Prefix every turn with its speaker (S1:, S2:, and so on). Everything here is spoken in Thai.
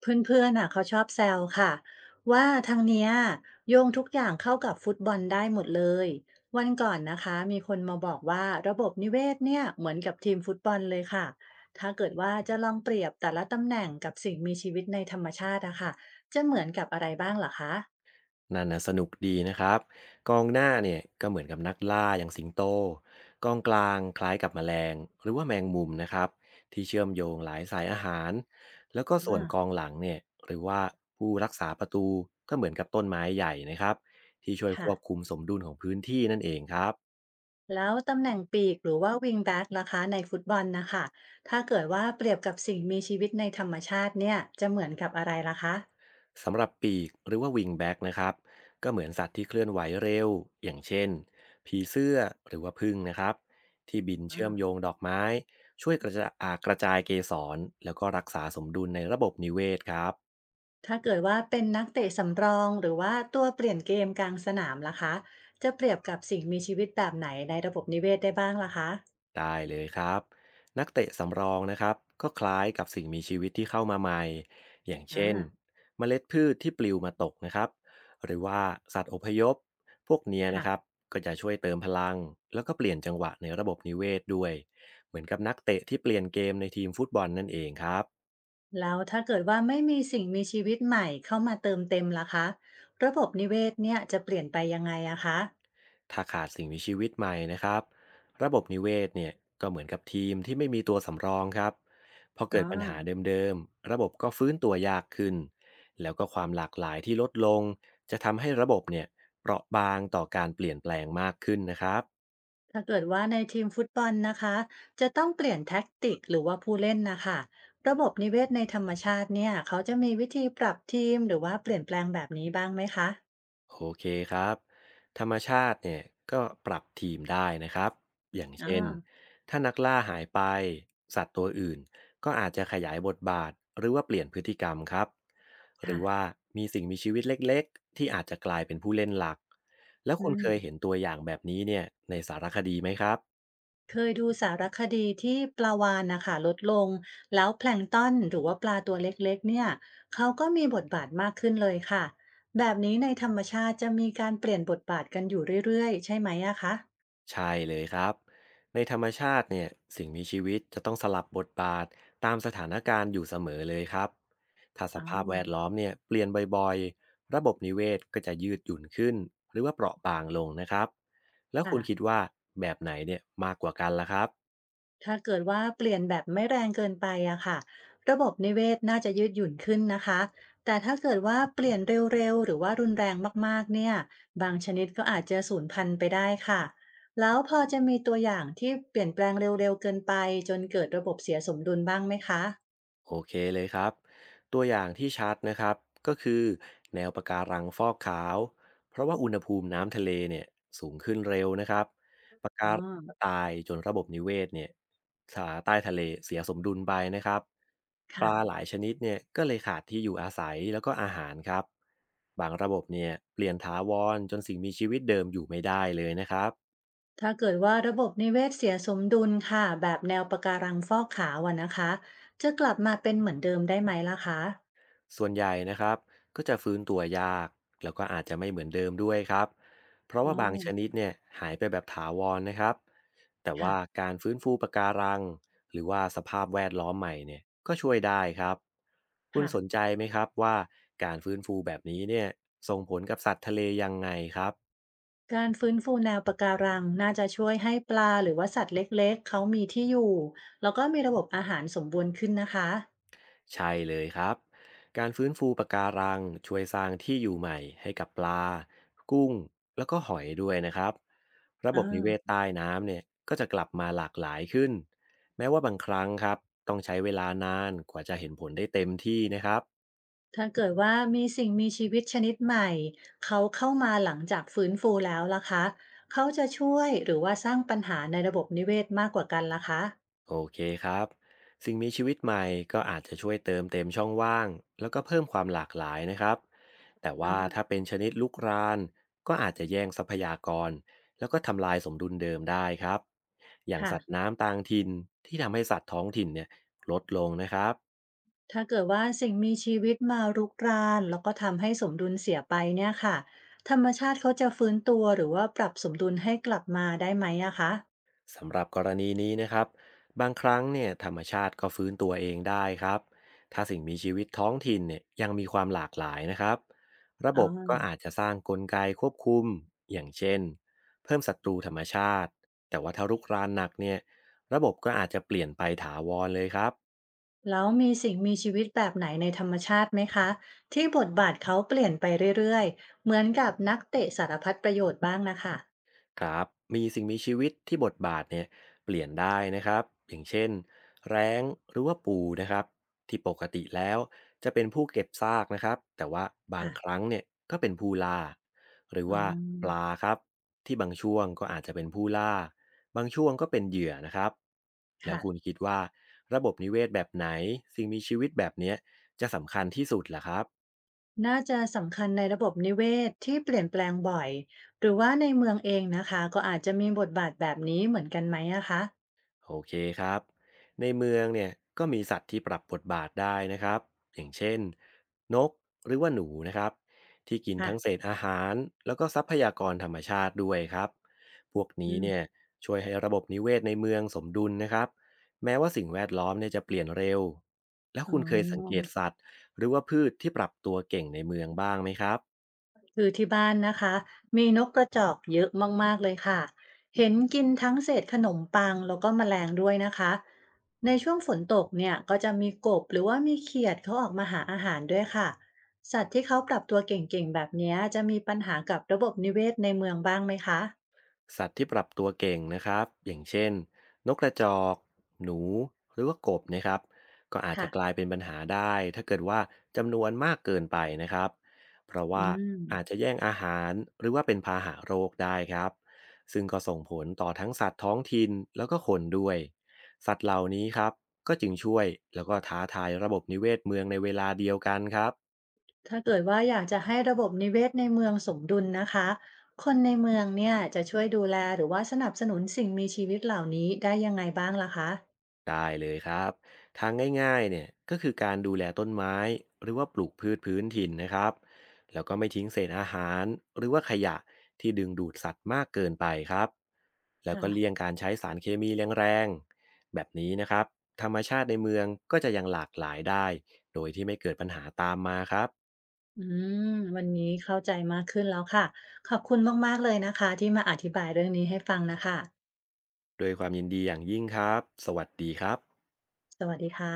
S1: เพื่อนๆน่ะเขาชอบแซวค่ะว่าทางเนี้ยโยงทุกอย่างเข้ากับฟุตบอลได้หมดเลยวันก่อนนะคะมีคนมาบอกว่าระบบนิเวศเนี่ยเหมือนกับทีมฟุตบอลเลยค่ะถ้าเกิดว่าจะลองเปรียบแต่ละตำแหน่งกับสิ่งมีชีวิตในธรรมชาติอะค่ะจะเหมือนกับอะไรบ้างเหรอคะ
S2: นั่นน่ะสนุกดีนะครับกองหน้าเนี่ยก็เหมือนกับนักล่าอย่างสิงโตกองกลางคล้ายกับแมลงหรือว่าแมงมุมนะครับที่เชื่อมโยงหลายสายอาหารแล้วก็
S1: อ่
S2: ส่วนกอง
S1: า
S2: หลังเนี่ยหรือว่าผู้รักษาประตูก็เหมือนกับต้นไม้ใหญ่นะครับที่ช่วยค
S1: ค่ะ
S2: วบคุมสมดุลของพื้นที่นั่นเองครับ
S1: แล้วตำแหน่งปีกหรือว่าวิงแบ็กล่ะคะในฟุตบอลนะคะถ้าเกิดว่าเปรียบกับสิ่งมีชีวิตในธรรมชาติเนี่ยจะเหมือนกับอะไรล่ะคะ
S2: สำหรับปีกหรือว่าวิงแบ็กนะครับก็เหมือนสัตว์ที่เคลื่อนไหวเร็วอย่างเช่นผีเสื้อหรือว่าผึ้งนะครับที่บินเชื่อมโยงดอกไม้ช่วยกระจายกระจายเกสรแล้วก็รักษาสมดุลในระบบนิเวศครับ
S1: ถ้าเกิดว่าเป็นนักเตะสำรองหรือว่าตัวเปลี่ยนเกมกลางสนามล่ะคะจะเปรียบกับสิ่งมีชีวิตแบบไหนในระบบนิเวศได้บ้างล่ะคะ
S2: ได้เลยครับนักเตะสำรองนะครับก็คล้ายกับสิ่งมีชีวิตที่เข้ามาใหม่อย่าง
S1: อา
S2: เช่นเมล็ดพืชที่ปลิวมาตกนะครับหรือว่าสัตว์อพยพพวกเนี้ย
S1: ค่ะ
S2: นะครับก็จะช่วยเติมพลังแล้วก็เปลี่ยนจังหวะในระบบนิเวศด้วยเหมือนกับนักเตะที่เปลี่ยนเกมในทีมฟุตบอลนั่นเองครับ
S1: แล้วถ้าเกิดว่าไม่มีสิ่งมีชีวิตใหม่เข้ามาเติมเต็มล่ะคะระบบนิเวศเนี่ยจะเปลี่ยนไปยังไงอะคะ
S2: ถ้าขาดสิ่งมีชีวิตใหม่นะครับระบบนิเวศเนี่ยก็เหมือนกับทีมที่ไม่มีตัวสำรองครับพอ
S1: อ่
S2: เกิดปัญหา
S1: า
S2: เดิมๆระบบก็ฟื้นตัวยากขึ้นแล้วก็ความหลากหลายที่ลดลงจะทำให้ระบบเนี่ยเปราะบางต่อการเปลี่ยนแปลงมากขึ้นนะครับ
S1: ถ้าเกิดว่าในทีมฟุตบอลนะคะจะต้องเปลี่ยนแท็กติกหรือว่าผู้เล่นนะคะระบบนิเวศในธรรมชาติเนี่ยเขาจะมีวิธีปรับทีมหรือว่าเปลี่ยนแปลงแบบนี้บ้างไหมคะ
S2: โอเคครับธรรมชาติเนี่ยก็ปรับทีมได้นะครับอย่าง
S1: อา
S2: เช่นถ้านักล่าหายไปสัตว์ตัวอื่นก็อาจจะขยายบทบาทหรือว่าเปลี่ยนพฤติกรรมครับหรือว่า
S1: ค่ะ
S2: มีสิ่งมีชีวิตเล็กๆที่อาจจะกลายเป็นผู้เล่นหลักแล้วคุ
S1: อื
S2: ณเค
S1: ม
S2: ยเห็นตัวอย่างแบบนี้เนี่ยในสารคดีไหมครับ
S1: เคยดูสารคดีที่ปลาวาฬนะคะลดลงแล้วแพลงก์ตอนหรือว่าปลาตัวเล็กๆเนี่ยเขาก็มีบทบาทมากขึ้นเลยค่ะแบบนี้ในธรรมชาติจะมีการเปลี่ยนบทบาทกันอยู่เรื่อยๆใช่ไหมอะคะ
S2: ใช่เลยครับในธรรมชาติเนี่ยสิ่งมีชีวิตจะต้องสลับบทบาทตามสถานการณ์อยู่เสมอเลยครับถ้าส
S1: อ๋อ
S2: ภาพแวดล้อมเนี่ยเปลี่ยนบ่อยๆระบบนิเวศก็จะยืดหยุ่นขึ้นหรือว่าเปราะบางลงนะครับแล้วคุณคิด
S1: ค่ะ
S2: ว่าแบบไหนเนี่ยมากกว่ากันล่ะครับ
S1: ถ้าเกิดว่าเปลี่ยนแบบไม่แรงเกินไปอะค่ะระบบนิเวศน่าจะยืดหยุ่นขึ้นนะคะแต่ถ้าเกิดว่าเปลี่ยนเร็วๆหรือว่ารุนแรงมากๆเนี่ยบางชนิดก็อาจจะสูญพันธุ์ไปได้ค่ะแล้วพอจะมีตัวอย่างที่เปลี่ยนแปลงเร็วๆเกินไปจนเกิดระบบเสียสมดุลบ้างไหมคะ
S2: โอเคเลยครับตัวอย่างที่ชัดนะครับก็คือแนวปะการังฟอกขาวเพราะว่าอุณหภูมิน้ำทะเลเนี่ยสูงขึ้นเร็วนะครับปะ
S1: อ๋
S2: กา
S1: อ
S2: รังก็ตายจนระบบนิเวศเนี่ยสาใต้ทะเลเสียสมดุลไปนะครับปลาห
S1: ค่ะ
S2: ลายชนิดเนี่ยก็เลยขาดที่อยู่อาศัยแล้วก็อาหารครับบางระบบเนี่ยเปลี่ยนถาวรจนสิ่งมีชีวิตเดิมอยู่ไม่ได้เลยนะครับ
S1: ถ้าเกิดว่าระบบนิเวศเสียสมดุลค่ะแบบแนวปะการังฟอกขาวอะนะคะจะกลับมาเป็นเหมือนเดิมได้ไหมล่ะคะ
S2: ส่วนใหญ่นะครับก็จะฟื้นตัวยากแล้วก็อาจจะไม่เหมือนเดิมด้วยครับเพราะ
S1: อ๋
S2: ว่า
S1: อ
S2: บางชนิดเนี่ยหายไปแบบถาวรนะครับแต่ว่า
S1: ค่ะ
S2: การฟื้นฟูปะการังหรือว่าสภาพแวดล้อมใหม่เนี่ยก็ช่วยได้ครับคุณ
S1: ค่ะ
S2: สนใจไหมครับว่าการฟื้นฟูแบบนี้เนี่ยส่งผลกับสัตว์ทะเลยังไงครับ
S1: การฟื้นฟูแนวปะการังน่าจะช่วยให้ปลาหรือว่าสัตว์เล็กๆเขามีที่อยู่แล้วก็มีระบบอาหารสมบูรณ์ขึ้นนะคะ
S2: ใช่เลยครับ การฟื้นฟูปะการังช่วยสร้างที่อยู่ใหม่ให้กับปลา กุ้งแล้วก็หอยด้วยนะครับ ระบ
S1: อ่า
S2: บนิเวศใต้น้ำเนี่ยก็จะกลับมาหลากหลายขึ้น แม้ว่าบางครั้งครับต้องใช้เวลานานกว่าจะเห็นผลได้เต็มที่นะครับ
S1: ถ้าเกิดว่ามีสิ่งมีชีวิตชนิดใหม่เขาเข้ามาหลังจากฟื้นฟูแล้วล่ะคะเขาจะช่วยหรือว่าสร้างปัญหาในระบบนิเวศมากกว่ากันล่ะคะ
S2: โอเคครับสิ่งมีชีวิตใหม่ก็อาจจะช่วยเติมเต็มช่องว่างแล้วก็เพิ่มความหลากหลายนะครับ แต่
S1: อ่
S2: ว่าถ้า
S1: า
S2: เป็นชนิดลุกรานก็อาจจะแย่งทรัพยากรแล้วก็ทำลายสมดุลเดิมได้ครับ อย่าง
S1: ค่ะ
S2: สัตว์น้ำต่างถิ่นที่ทำให้สัตว์ท้องถิ่นเนี่ยลดลงนะครับ
S1: ถ้าเกิดว่าสิ่งมีชีวิตมารุกรานแล้วก็ทำให้สมดุลเสียไปเนี่ยค่ะธรรมชาติเขาจะฟื้นตัวหรือว่าปรับสมดุลให้กลับมาได้ไหมอะคะ
S2: สำหรับกรณีนี้นะครับบางครั้งเนี่ยธรรมชาติก็ฟื้นตัวเองได้ครับถ้าสิ่งมีชีวิตท้องถิ่นเนี่ยยังมีความหลากหลายนะครับระ
S1: อ๋
S2: บ
S1: อ
S2: บก็อาจจะสร้างกลไกควบคุมอย่างเช่นเพิ่มศัตรูธรรมชาติแต่ว่าถ้ารุกรานหนักเนี่ยระบบก็อาจจะเปลี่ยนไปถาวรเลยครับ
S1: แล้วมีสิ่งมีชีวิตแบบไหนในธรรมชาติไหมคะที่บทบาทเขาเปลี่ยนไปเรื่อยๆเหมือนกับนักเตะสารพัดประโยชน์บ้างนะคะ
S2: ครับมีสิ่งมีชีวิตที่บทบาทเนี่ยเปลี่ยนได้นะครับอย่างเช่นแร้งหรือว่าปูนะครับที่ปกติแล้วจะเป็นผู้เก็บซากนะครับแต่ว่าบางค
S1: ค่ะ
S2: รั้งเนี่ยก็เป็นผู้ล่าหรือ
S1: อ๋อ
S2: ว่าปลาครับที่บางช่วงก็อาจจะเป็นผู้ล่าบางช่วงก็เป็นเหยื่อนะครับแล้วคุณ
S1: ค่ะ
S2: คิดว่าระบบนิเวศแบบไหนสิ่งมีชีวิตแบบเนี้ยจะสำคัญที่สุดล่ะครับ
S1: น่าจะสำคัญในระบบนิเวศที่เปลี่ยนแปลงบ่อยหรือว่าในเมืองเองนะคะก็อาจจะมีบทบาทแบบนี้เหมือนกันไหมนะคะ
S2: โอเคครับในเมืองเนี่ยก็มีสัตว์ที่ปรับบทบาทได้นะครับอย่างเช่นนกหรือว่าหนูนะครับที่กินทั้งเศ
S1: ค่ะ
S2: ษอาหารแล้วก็ทรัพยากรธรรมชาติด้วยครับพวก
S1: อื
S2: นี้เนี่ย
S1: ม
S2: ช่วยให้ระบบนิเวศในเมืองสมดุลนะครับแม้ว่าสิ่งแวดล้อมเนี่ยจะเปลี่ยนเร็วแล้ว
S1: อ๋อ
S2: คุณเคยสังเกตสัตว์หรือว่าพืชที่ปรับตัวเก่งในเมืองบ้างไหมครับ
S1: คือที่บ้านนะคะมีนกกระจอกเยอะมากๆเลยค่ะเห็นกินทั้งเศษขนมปังแล้วก็แมลงด้วยนะคะในช่วงฝนตกเนี่ยก็จะมีกบหรือว่ามีเขียดเขาออกมาหาอาหารด้วยค่ะสัตว์ที่เขาปรับตัวเก่งๆแบบเนี้ยจะมีปัญหากับระบบนิเวศในเมืองบ้างไหมคะ
S2: สัตว์ที่ปรับตัวเก่งนะครับอย่างเช่นนกกระจอกหนูหรือว่ากบนะครับก็อาจจะ
S1: ค่ะ
S2: กลายเป็นปัญหาได้ถ้าเกิดว่าจำนวนมากเกินไปนะครับเพราะ
S1: อื
S2: ว่า
S1: ม
S2: อาจจะแย่งอาหารหรือว่าเป็นพาหะโรคได้ครับซึ่งก็ส่งผลต่อทั้งสัตว์ท้องถิ่นแล้วก็คนด้วยสัตว์เหล่านี้ครับก็จึงช่วยแล้วก็ท้าทายระบบนิเวศเมืองในเวลาเดียวกันครับ
S1: ถ้าเกิดว่าอยากจะให้ระบบนิเวศในเมืองสมดุลนะคะคนในเมืองเนี่ยจะช่วยดูแลหรือว่าสนับสนุนสิ่งมีชีวิตเหล่านี้ได้ยังไงบ้างล่ะคะ
S2: ได้เลยครับทางง่ายๆเนี่ยก็คือการดูแลต้นไม้หรือว่าปลูกพืชพื้นถิ่นนะครับแล้วก็ไม่ทิ้งเศษอาหารหรือว่าขยะที่ดึงดูดสัตว์มากเกินไปครับแล้วก็เลี่ยงการใช้สารเคมีแรงๆแบบนี้นะครับธรรมชาติในเมืองก็จะยังหลากหลายได้โดยที่ไม่เกิดปัญหาตามมาครับ
S1: อืมวันนี้เข้าใจมากขึ้นแล้วค่ะ ขอบคุณมากๆเลยนะคะที่มาอธิบายเรื่องนี้ให้ฟังนะคะ
S2: โดวยความยินดีอย่างยิ่งครับสวัสดีครับ
S1: สวัสดีค่ะ